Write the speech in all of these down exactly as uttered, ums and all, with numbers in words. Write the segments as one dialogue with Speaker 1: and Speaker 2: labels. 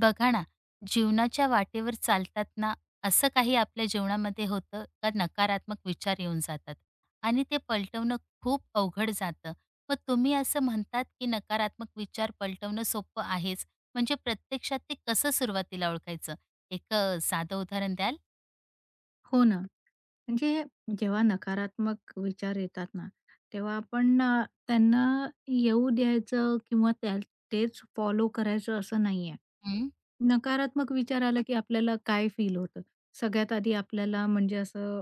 Speaker 1: बघा ना, जीवनाच्या वाटेवर चालतात ना, असं काही आपल्या जीवनामध्ये होतं का नकारात्मक विचार येऊन जातात आणि ते पलटवणं खूप अवघड जातं. मग तुम्ही असं म्हणतात की नकारात्मक विचार पलटवणं सोपं आहेच, म्हणजे प्रत्यक्षात ते कसं सुरुवातीला ओळखायचं? एक अ, साधं उदाहरण द्याल?
Speaker 2: हो ना. म्हणजे जेव्हा नकारात्मक विचार येतात ना, तेव्हा आपण अ, त्यांना येऊ द्यायचं किंवा त्या तेच फॉलो करायचं असं नाहीये.
Speaker 1: हं,
Speaker 2: नकारात्मक विचार आला की आपल्याला काय फील होतं? सगळ्यात आधी आपल्याला म्हणजे असं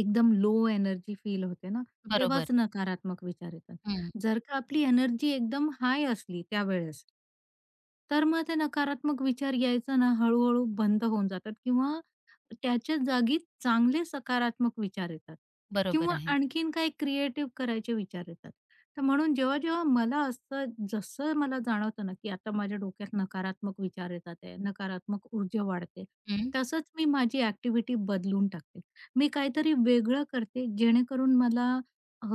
Speaker 2: एकदम लो एनर्जी फील होते ना,
Speaker 1: बरोबर.
Speaker 2: तेव्हाच नकारात्मक विचार येतात.
Speaker 1: हं,
Speaker 2: जर का आपली एनर्जी एकदम हाय असली त्यावेळेस, तर मग ते नकारात्मक विचार यायचं ना हळू-हळू बंद होऊन जातात किंवा त्याच्या जागी चांगले सकारात्मक विचार येतात
Speaker 1: बरोबर
Speaker 2: किंवा
Speaker 1: आहे.
Speaker 2: आणखीन काही क्रिएटिव्ह करायचे विचार येतात. तर म्हणून जेव्हा-जेव्हा मला असं जसं मला जाणवतं ना, की आता माझ्या डोक्यात नकारात्मक विचार येतात आहे, नकारात्मक ऊर्जा वाढते,
Speaker 1: हं,
Speaker 2: तसंच मी माझी ॲक्टिव्हिटी बदलून टाकते. मी काहीतरी वेगळं करते जेणेकरून मला अ,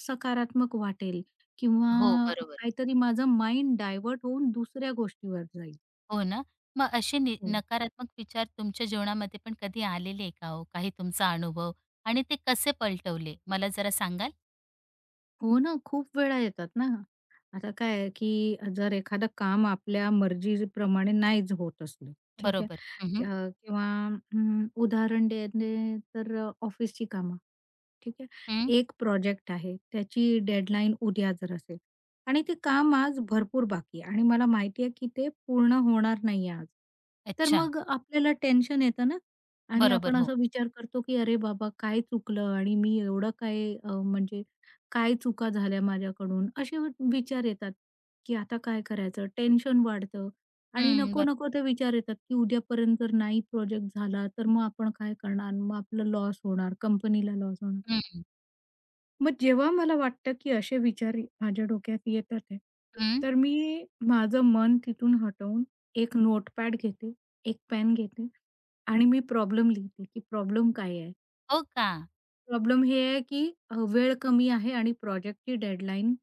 Speaker 2: सकारात्मक वाटेल किंवा
Speaker 1: हो, बरोबर.
Speaker 2: काहीतरी माझं माइंड डायव्हर्ट होऊन दुसऱ्या गोष्टीवर जाईल.
Speaker 1: हो ना. मग असे नि
Speaker 2: हो.
Speaker 1: नकारात्मक विचार तुमच्या जीवनामध्ये पण कधी आलेले आहे का हो? काही तुमचा अनुभव आणि ते कसे पलटवले? मला जरा सांगाल?
Speaker 2: हो ना, खूप वेळा येतात ना. आता काय आहे, की जर एखादं काम आपल्या मर्जीप्रमाणे नाहीच होत असलं, ठीक आहे.
Speaker 1: बरोबर. हं, हं.
Speaker 2: कि किंवा अं, उदाहरण देणे तर ऑफिसची कामं. ठीक आहे. एक प्रोजेक्ट आहे, त्याची डेडलाईन उद्या जर असेल आणि ते काम आज भरपूर बाकी आहे आणि मला माहिती आहे, की ते पूर्ण होणार नाहीये आज. तर
Speaker 1: अच्छा.
Speaker 2: मग आपल्याला टेन्शन येतं ना आणि
Speaker 1: बरोबर.
Speaker 2: आपण
Speaker 1: हो.
Speaker 2: असा विचार करतो, की "अरे बाबा, काय चुकलं आणि मी एवढं काय अ, म्हणजे काय चुका झाल्या माझ्याकडून?" असे विचार येतात, की आता काय करायचं? टेन्शन वाढतं आणि
Speaker 1: हं. बरोबर.
Speaker 2: नको-नको ते विचार येतात, की उद्यापर्यंत जर नाही प्रोजेक्ट झाला, तर मग आपण काय करणार? मग आपलं लॉस होणार, कंपनीला लॉस होणार.
Speaker 1: हं.
Speaker 2: मग जेव्हा मला वाटतं, की असे विचार माझ्या डोक्यात येतात आहे,
Speaker 1: हं.
Speaker 2: तर मी माझं मन तिथून हटवून एक नोटपॅड घेते, एक पेन घेते आणि मी प्रॉब्लेम लिहिते, की प्रॉब्लेम काय आहे?
Speaker 1: हो का?
Speaker 2: प्रॉब्लेम हे आहे की अ, वेळ कमी आहे आणि प्रोजेक्टची डेडलाईन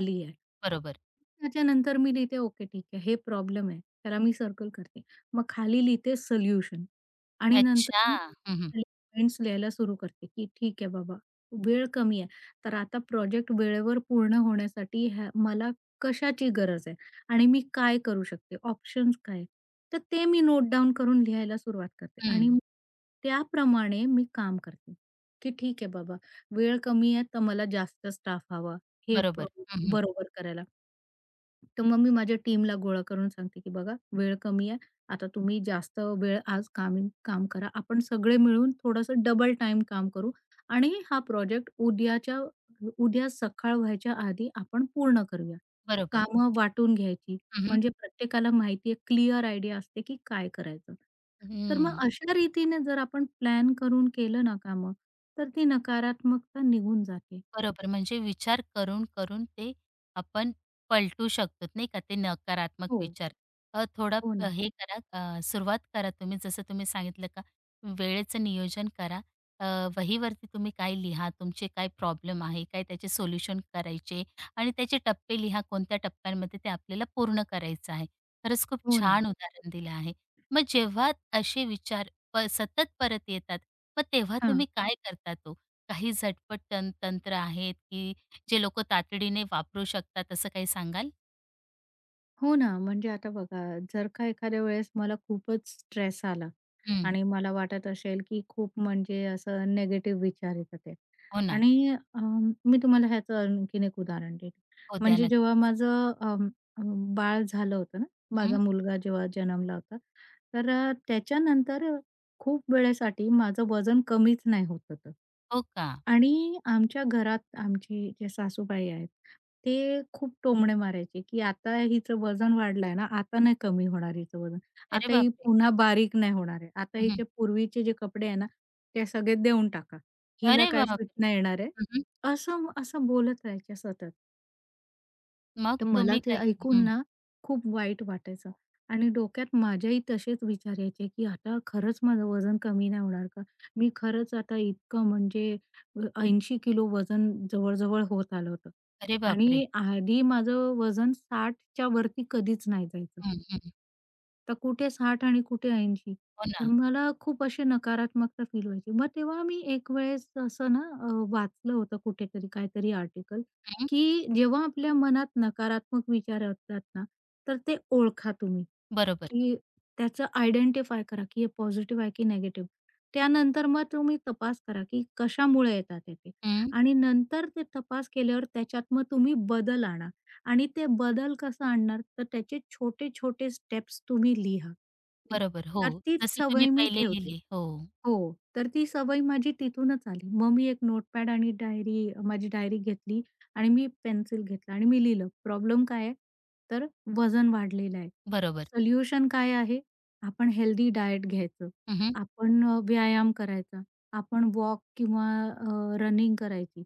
Speaker 2: आली आहे.
Speaker 1: बरोबर.
Speaker 2: त्याच्यानंतर मी लिहिते, "ओके, ठीक आहे, हे प्रॉब्लेम आहे." त्याला मी सर्कल करते. मग खाली लिहिते सोल्युशन आणि नंतर
Speaker 1: अच्छा.
Speaker 2: मी
Speaker 1: हं, हं.
Speaker 2: खाली पॉइंट्स लिहायला सुरू करते, की "ठीक आहे बाबा, वेळ कमी आहे, तर आता प्रोजेक्ट वेळेवर पूर्ण होण्यासाठी ह्या मला कशाची गरज आहे आणि मी काय करू शकते, ऑप्शन्स काय आहेत?" तर ते मी नोट डाउन करून लिहायला सुरुवात करते आणि त्याप्रमाणे मी काम करते. की ठीक आहे बाबा, वेळ कमी आहे तर मला जास्त स्टाफ हवा. हे ब
Speaker 1: बरोबर. हं,
Speaker 2: बरोबर करायला. तर मग मी माझ्या टीमला गोळा करून सांगते, की "बघा वेळ कमी आहे. आता तुम्ही जास्त वेळ आज काम काम करा. आपण सगळे मिळून थोडंसं डबल टाइम काम करू आणि हा प्रोजेक्ट उद्याच्या उद्या सकाळ व्हायच्या आधी आपण पूर्ण करूया."
Speaker 1: बरोबर.
Speaker 2: कामं वाटून घ्यायची.
Speaker 1: हं,
Speaker 2: म्हणजे प्रत्येकाला माहिती आहे, क्लिअर आयडिया असते, की काय करायचं. तर मग
Speaker 1: हं.
Speaker 2: अशा रीतीने जर आपण प्लॅन करून केलं ना कामं, तर ती नकारात्मकता निघून जाते.
Speaker 1: बरोबर. म्हणजे विचार करून, करून ते आपण पलटू शकतो नाही का, ते नकारात्मक
Speaker 2: हो.
Speaker 1: विचार. अ, थोडा
Speaker 2: हो
Speaker 1: अ,
Speaker 2: ना,
Speaker 1: हे करा, अ, सुरुवात करा तुम्ही जसं तुम्ही सांगितलं का वेळेचं नियोजन करा. अ, वहीवरती तुम्ही काय लिहा, तुमचे काय प्रॉब्लेम आहे, काय त्याचे सोल्युशन करायचे आणि त्याचे टप्पे लिहा, कोणत्या टप्प्यांमध्ये ते आपल्याला पूर्ण करायचं आहे. खरंच खूप
Speaker 2: हो ना.
Speaker 1: छान उदाहरण दिलं आहे. मग जेव्हा असे विचार प सतत परत येतात, मग तेव्हा
Speaker 2: हां.
Speaker 1: तुम्ही काय करता ओ? काही झटपट तं तंत्र आहेत, की जे लोकं तातडीने वापरू शकतात असं काही सांगाल?
Speaker 2: हो ना, म्हणजे आता बघा, जर का एखाद्या वेळेस मला खूपच स्ट्रेस आला
Speaker 1: हं.
Speaker 2: आणि मला वाटत असेल, की खूप म्हणजे असं निगेटिव्ह विचार येतात आहे
Speaker 1: हो ना.
Speaker 2: आणि अ, मी तुम्हाला ह्याचं आणखीन एक उदाहरण देते.
Speaker 1: हो, द्या
Speaker 2: म्हणजे जेव्हा
Speaker 1: नक्कीच.
Speaker 2: माझं अं, अ, बाळ झालं होतं ना,
Speaker 1: हं.
Speaker 2: माझा मुलगा जेव्हा जन्मला होता, तर अ, त्याच्यानंतर खूप वेळेसाठी माझं वजन कमीच नाही होत होतं.
Speaker 1: हो का?
Speaker 2: आणि आमच्या घरात आमची जे सासूबाई आहेत, ते खूप टोमणे मारायचे, की "आता हिचं वजन वाढलंय ना, आता नाही कमी होणार हिचं वजन.
Speaker 1: अरे
Speaker 2: आता ही
Speaker 1: बापरे!
Speaker 2: पुन्हा बारीक नाही होणार आहे. आता
Speaker 1: हं,
Speaker 2: हिचे पूर्वीचे जे कपडे आहे ना, ते सगळे देऊन टाका. हिला
Speaker 1: अरे
Speaker 2: काय फिट
Speaker 1: बापरे!
Speaker 2: नाही येणार आहे."
Speaker 1: हं,
Speaker 2: असं असं बोलत राहायच्या सतत.
Speaker 1: मग
Speaker 2: तर मला
Speaker 1: तुम्ही
Speaker 2: ते
Speaker 1: काय केलं?
Speaker 2: ऐकून
Speaker 1: हं.
Speaker 2: ना खूप वाईट वाटायचं आणि डोक्यात माझ्याही तसेच विचार यायचे, की आता खरंच माझं वजन कमी नाही होणार का? मी खरंच आता इतकं म्हणजे अ, किलो वजन जवळ-जवळ होत आलं होतं
Speaker 1: अरे बापरे!
Speaker 2: आणि आधी माझं वजन साठच्या वरती कधीच नाही जायचं.
Speaker 1: हं, हं.
Speaker 2: तर कुठे साठ आणि कुठे ऐंशी.
Speaker 1: हो
Speaker 2: तर
Speaker 1: ना.
Speaker 2: मला खूप अशी नकारात्मकता फील व्हायची. मग तेव्हा मी एक वेळेस असं ना अ, वाचलं होतं कुठेतरी काहीतरी आर्टिकल,
Speaker 1: हं.
Speaker 2: की जेव्हा आपल्या मनात नकारात्मक विचार असतात ना, तर ते ओळखा तुम्ही,
Speaker 1: बरोबर.
Speaker 2: की त्याचं आयडेंटिफाय करा, की हे पॉझिटिव्ह आहे की निगेटिव्ह. त्यानंतर मग तुम्ही तपास करा, की कशामुळे येतात आहे ते
Speaker 1: हं.
Speaker 2: आणि नंतर ते तपास केल्यावर त्याच्यात मग तुम्ही बदल आणा. आणि ते बदल कसं आणणार, तर त्याचे छोटे-छोटे स्टेप्स तुम्ही लिहा.
Speaker 1: बरोबर. हो.
Speaker 2: तर तीच
Speaker 1: जसे तुम्ही
Speaker 2: सवय मी
Speaker 1: पहिले
Speaker 2: ठेवते.
Speaker 1: लिहिले. हो.
Speaker 2: हो, तर ती सवय माझी तिथूनच आली. मग मी एक नोटपॅड आणि डायरी माझी डायरी घेतली आणि मी पेन्सिल घेतला आणि मी लिहिलं, प्रॉब्लेम काय आहे? तर वजन वाढलेलं आहे.
Speaker 1: बरोबर.
Speaker 2: सोल्युशन काय आहे? आपण हेल्दी डाएट घ्यायचं.
Speaker 1: हं,
Speaker 2: आपण अ, व्यायाम करायचा. आपण वॉक किंवा रनिंग करायची.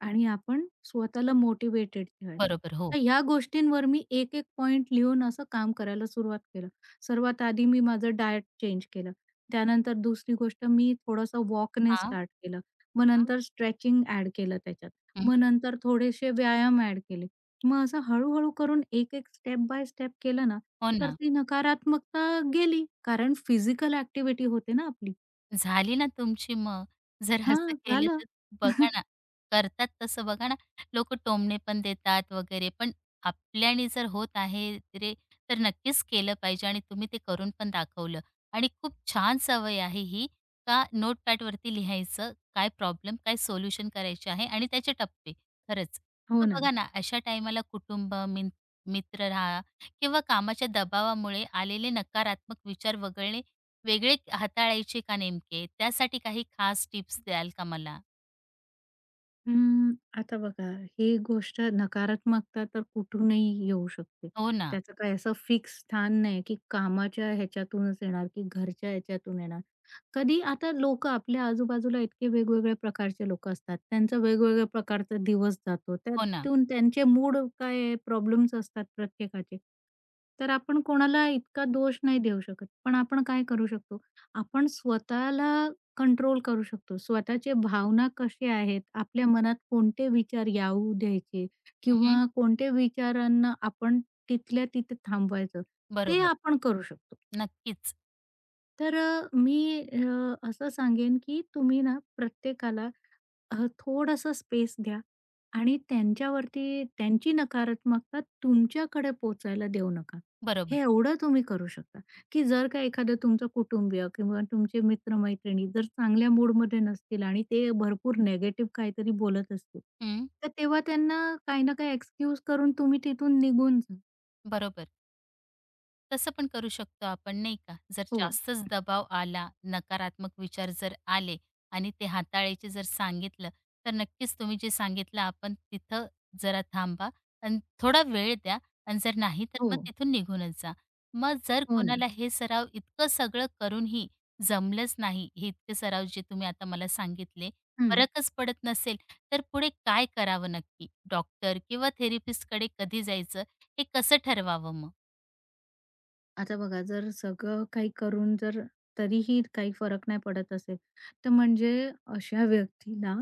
Speaker 2: आणि आपण स्वतःला मोटिव्हेटेड ठेवायचं.
Speaker 1: बरोबर. हो.
Speaker 2: तर ह्या गोष्टींवर मी एक-एक पॉइंट लिहून असं काम करायला सुरुवात केलं. सर्वात आधी मी माझं डायट चेंज केलं. त्यानंतर दुसरी गोष्ट मी थोडंसं वॉकने
Speaker 1: हां.
Speaker 2: स्टार्ट केलं. मग नंतर स्ट्रेचिंग ॲड केलं त्याच्यात.
Speaker 1: हं,
Speaker 2: मग
Speaker 1: हं.
Speaker 2: नंतर थोडेसे व्यायाम ॲड केले. मग असं हळू करून एक-एक स्टेप बाय स्टेप केलं ना,
Speaker 1: हो
Speaker 2: तर
Speaker 1: ना.
Speaker 2: ती नकारात्मकता गेली. कारण फिजिकल ॲक्टिव्हिटी होते ना आपली.
Speaker 1: झाली ना तुमची मग. जर असं
Speaker 2: हां,
Speaker 1: केलं
Speaker 2: झालं.
Speaker 1: तर बघा ना, करतात तसं बघा ना, लोकं टोमणे पण देतात वगैरे, पण आपल्याने जर होत आहे रे, तर नक्कीच केलं पाहिजे आणि तुम्ही ते करून पण दाखवलं. आणि खूप छान सवय आहे ही, का नोटपॅडवरती लिहायचं, काय प्रॉब्लेम, काय सोल्युशन करायचे आहे आणि त्याचे टप्पे, खरंच.
Speaker 2: हो
Speaker 1: मग
Speaker 2: ना.
Speaker 1: बघा ना, अशा टाईमाला कुटुंब, मिन मित्र राहा किंवा कामाच्या दबावामुळे आलेले नकारात्मक विचार वगळणे वेगळे हाताळायचे का नेमके? त्यासाठी काही खास टिप्स द्याल का मला?
Speaker 2: हं, आता बघा, ही गोष्ट नकारात्मकता तर कुठूनही येऊ शकते.
Speaker 1: हो ना,
Speaker 2: त्याचं काही असं फिक्स स्थान नाही, की कामाच्या ह्याच्यातूनच येणार, की घरच्या ह्याच्यातून येणार. कधी आता लोक, आपल्या आजूबाजूला इतके वेगवेगळ्या प्रकारचे लोकं असतात. त्यांचा वेगवेगळ्या प्रकारचा दिवस जातो.
Speaker 1: हो ना.
Speaker 2: त्यातून त्यांचे मूड काय प्रॉब्लेम्स असतात प्रत्येकाचे. तर आपण कोणाला इतका दोष नाही देऊ शकत. पण आपण काय करू शकतो? आपण स्वतःला कंट्रोल करू शकतो. स्वतःचे भावना कसे आहेत, आपल्या मनात कोणते विचार येऊ द्यायचे
Speaker 1: हं,
Speaker 2: किंवा कोणत्या विचारांना आपण तिथल्या तिथे थांबवायचं, ते
Speaker 1: बरोबर.
Speaker 2: आपण करू शकतो.
Speaker 1: नक्कीच.
Speaker 2: तर अ, मी अ, असं सांगेन, की तुम्ही ना प्रत्येकाला अ, थोडंसं स्पेस द्या आणि त्यांच्यावरती त्यांची नकारात्मकता तुमच्याकडे पोहोचायला देऊ नका.
Speaker 1: बरोबर.
Speaker 2: हे एवढं तुम्ही करू शकता, की जर का एखादं तुमचं कुटुंबीय किंवा तुमचे मित्र-मैत्रिणी जर चांगल्या मूडमध्ये नसतील आणि ते भरपूर निगेटिव्ह काहीतरी बोलत असतील,
Speaker 1: हं,
Speaker 2: तर तेव्हा त्यांना काही ना काही एक्सक्यूज करून तुम्ही तिथून निघून जा.
Speaker 1: बरोबर. तसं पण करू शकतो आपण नाही का? जर
Speaker 2: हो,
Speaker 1: जास्तच दबाव आला, नकारात्मक विचार जर आले आणि ते हाताळायचे जर सांगितलं, तर नक्कीच तुम्ही जे सांगितलं आपण तिथं जरा थांबा आणि थोडा वेळ द्या आणि जर नाही तर
Speaker 2: हो,
Speaker 1: मग तिथून निघूनच जा. मग जर
Speaker 2: हो ना.
Speaker 1: कोणाला हे सराव इतकं सगळं करूनही जमलंच नाही, हे इतके सराव जे तुम्ही आता मला सांगितले,
Speaker 2: हं.
Speaker 1: फरकच पडत नसेल, तर पुढे काय करावं नक्की? डॉक्टर किंवा थेरपिस्टकडे कधी जायचं, हे कसं ठरवावं मग?
Speaker 2: आता बघा, जर सगळं काही करून जर तरीही काही फरक नाही पडत असेल, तर म्हणजे अशा व्यक्तीला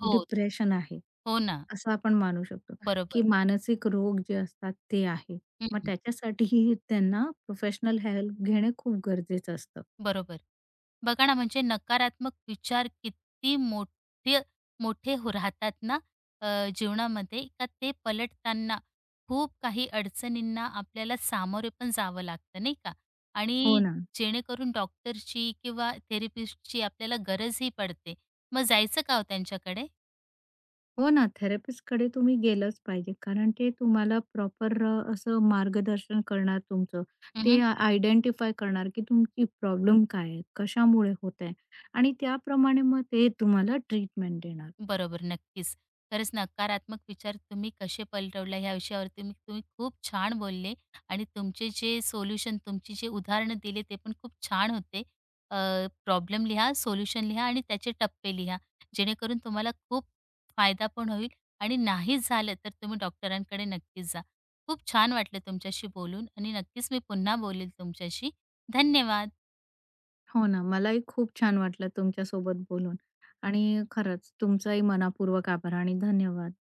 Speaker 1: हो.
Speaker 2: डिप्रेशन आहे,
Speaker 1: हो ना,
Speaker 2: असं आपण मानू शकतो,
Speaker 1: बरोबर.
Speaker 2: की मानसिक रोग जे असतात ते आहे. मग
Speaker 1: हं,
Speaker 2: त्याच्यासाठीही त्यांना प्रोफेशनल हेल्प घेणे खूप गरजेचं असतं.
Speaker 1: बरोबर. बघा ना, म्हणजे नकारात्मक विचार किती मोठे मोठे हो राहतात ना अ, जीवनामध्ये, का ते पलटताना खूप काही अडचणींना आपल्याला सामोरे पण जावं लागतं, नाही का?
Speaker 2: हो
Speaker 1: आणि
Speaker 2: ना.
Speaker 1: जेणेकरून डॉक्टरची किंवा थेरपिस्टची आपल्याला गरजही पडते. मग जायचं का हो त्यांच्याकडे?
Speaker 2: हो ना, थेरपिस्टकडे तुम्ही गेलंच पाहिजे. कारण ते तुम्हाला प्रॉपर अ, असं मार्गदर्शन करणार तुमचं. ते आयडेंटिफाय करणार, की तुमची प्रॉब्लेम काय आहे? कशामुळे होत आहे? आणि त्याप्रमाणे मग ते तुम्हाला ट्रीटमेंट देणार.
Speaker 1: बरोबर, नक्कीच. खरंच नकारात्मक विचार तुम्ही कसे पलटवला ह्या विषयावरती मी तुम्ही खूप छान बोलले आणि तुमचे जे सोल्युशन तुमची जे उदाहरणं दिले ते पण खूप छान होते. अ, प्रॉब्लेम लिहा, सोल्युशन लिहा आणि त्याचे टप्पे लिहा. जेणेकरून तुम्हाला खूप फायदा पण होईल आणि नाही झालं तर तुम्ही डॉक्टरांकडे नक्कीच जा. खूप छान वाटलं तुमच्याशी बोलून आणि नक्कीच मी पुन्हा बोलेल तुमच्याशी. धन्यवाद.
Speaker 2: हो ना, मलाही खूप छान वाटलं तुमच्यासोबत बोलून आणि खरंच तुमचाही मनापूर्वक आभार आणि धन्यवाद.